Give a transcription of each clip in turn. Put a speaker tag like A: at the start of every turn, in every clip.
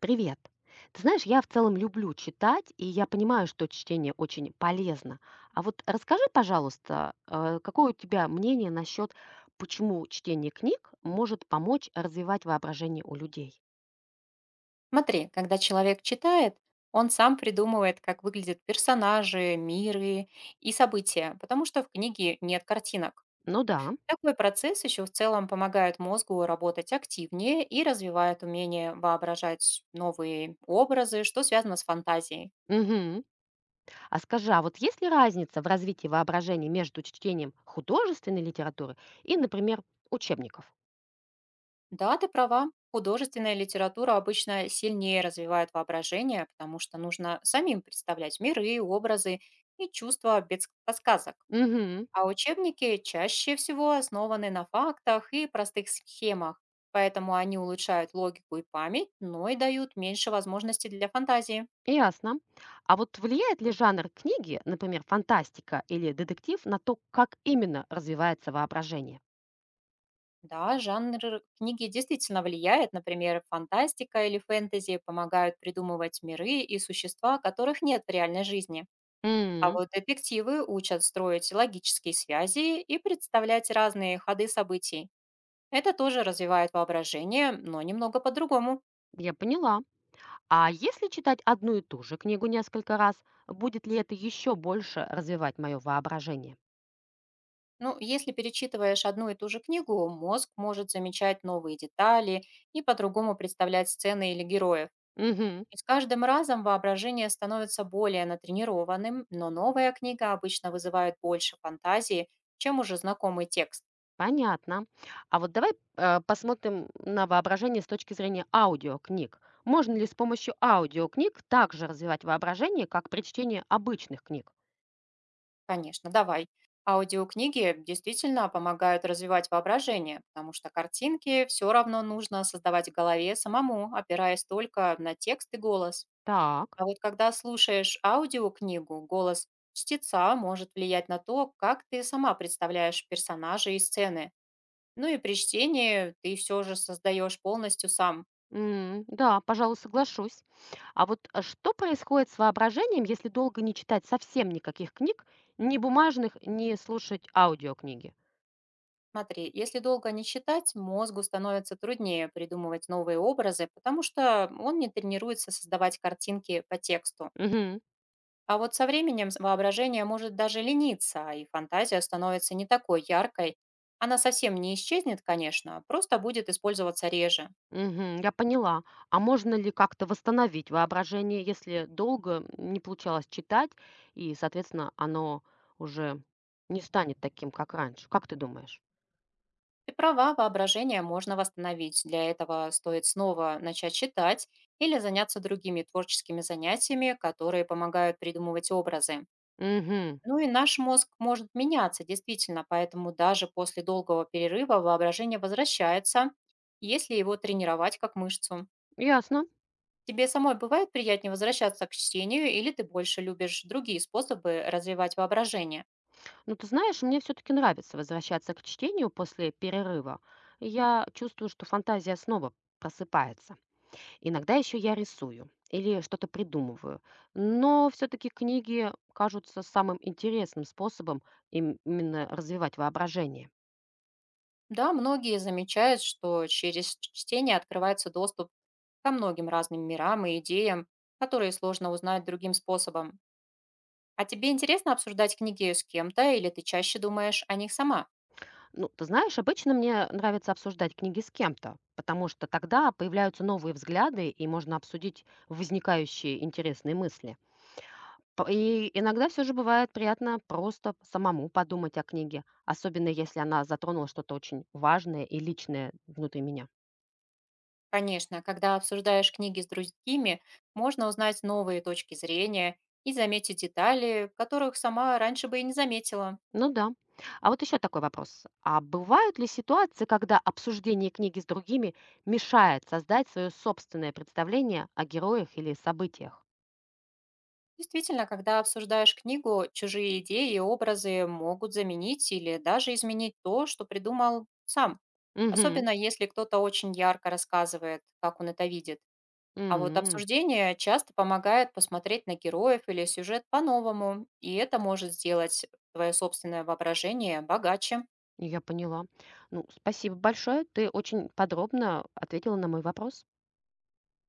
A: Привет. Ты знаешь, я в целом люблю читать, и я понимаю, что чтение очень полезно. А вот расскажи, пожалуйста, какое у тебя мнение насчет, почему чтение книг может помочь развивать воображение у людей?
B: Смотри, когда человек читает, он сам придумывает, как выглядят персонажи, миры и события, потому что в книге нет картинок.
A: Ну да.
B: Такой процесс еще в целом помогает мозгу работать активнее и развивает умение воображать новые образы, что связано с фантазией.
A: Мгм. А скажи, а вот есть ли разница в развитии воображения между чтением художественной литературы и, например, учебников?
B: Да, ты права. Художественная литература обычно сильнее развивает воображение, потому что нужно самим представлять миры, образы и чувства без подсказок.
A: Мгм.
B: А учебники чаще всего основаны на фактах и простых схемах, поэтому они улучшают логику и память, но и дают меньше возможностей для фантазии.
A: Ясно. А вот влияет ли жанр книги, например, фантастика или детектив, на то, как именно развивается воображение?
B: Да, жанр книги действительно влияет, например, фантастика или фэнтези помогают придумывать миры и существа, которых нет в реальной жизни. А
A: М.
B: вот детективы учат строить логические связи и представлять разные ходы событий. Это тоже развивает воображение, но немного по-другому.
A: Я поняла. А если читать одну и ту же книгу несколько раз, будет ли это еще больше развивать мое воображение?
B: Ну, если перечитываешь одну и ту же книгу, мозг может замечать новые детали и по-другому представлять сцены или героев.
A: Мгм,
B: И с каждым разом воображение становится более натренированным, но новая книга обычно вызывает больше фантазии, чем уже знакомый текст.
A: понятно. А вот давай, посмотрим на воображение с точки зрения аудиокниг. Можно ли с помощью аудиокниг также развивать воображение, как при чтении обычных книг?
B: Конечно, давай. Аудиокниги действительно помогают развивать воображение, потому что картинки все равно нужно создавать в голове самому, опираясь только на текст и голос.
A: Так.
B: А вот когда слушаешь аудиокнигу, голос чтеца может влиять на то, как ты сама представляешь персонажа и сцены. Ну и при чтении ты все же создаешь полностью сам.
A: М, да, пожалуй, соглашусь. А вот, что происходит с воображением, если долго не читать совсем никаких книг, ни бумажных, ни слушать аудиокниги?
B: Смотри, если долго не читать, мозгу становится труднее придумывать новые образы, потому что он не тренируется создавать картинки по тексту.
A: Мгм,
B: А вот со временем воображение может даже лениться, и фантазия становится не такой яркой. Она совсем не исчезнет, конечно, просто будет использоваться реже.
A: мгм, я поняла. А можно ли как-то восстановить воображение, если долго не получалось читать, и, соответственно, оно уже не станет таким, как раньше? Как ты думаешь?
B: Ты права, воображение можно восстановить. Для этого стоит снова начать читать или заняться другими творческими занятиями, которые помогают придумывать образы.
A: Угу,
B: Ну и наш мозг может меняться, действительно, поэтому даже после долгого перерыва воображение возвращается, если его тренировать как мышцу.
A: ясно.
B: Тебе самой бывает приятнее возвращаться к чтению или ты больше любишь другие способы развивать воображение?
A: Ну, ты знаешь, мне все-таки нравится возвращаться к чтению после перерыва. Я чувствую, что фантазия снова просыпается. Иногда еще я рисую или что-то придумываю. Но все-таки книги кажутся самым интересным способом именно развивать воображение.
B: Да, многие замечают, что через чтение открывается доступ ко многим разным мирам и идеям, которые сложно узнать другим способом. А тебе интересно обсуждать книги с кем-то или ты чаще думаешь о них сама?
A: Ну, ты знаешь, обычно мне нравится обсуждать книги с кем-то, потому что тогда появляются новые взгляды и можно обсудить возникающие интересные мысли. П и иногда все же бывает приятно просто самому подумать о книге, особенно если она затронула что-то очень важное и личное внутри меня.
B: Конечно, когда обсуждаешь книги с другими, можно узнать новые точки зрения и заметить детали, которых сама раньше бы и не заметила.
A: Ну да. А вот еще такой вопрос. А бывают ли ситуации, когда обсуждение книги с другими мешает создать свое собственное представление о героях или событиях?
B: Действительно, когда обсуждаешь книгу, чужие идеи и образы могут заменить или даже изменить то, что придумал сам.
A: Угу.
B: Особенно если кто-то очень ярко рассказывает, как он это видит. А вот обсуждение часто помогает посмотреть на героев или сюжет по-новому, и это может сделать твое собственное воображение богаче.
A: Я поняла. Ну, спасибо большое. Ты очень подробно ответила на мой вопрос.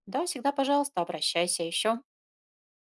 B: Да, всегда, пожалуйста, обращайся еще.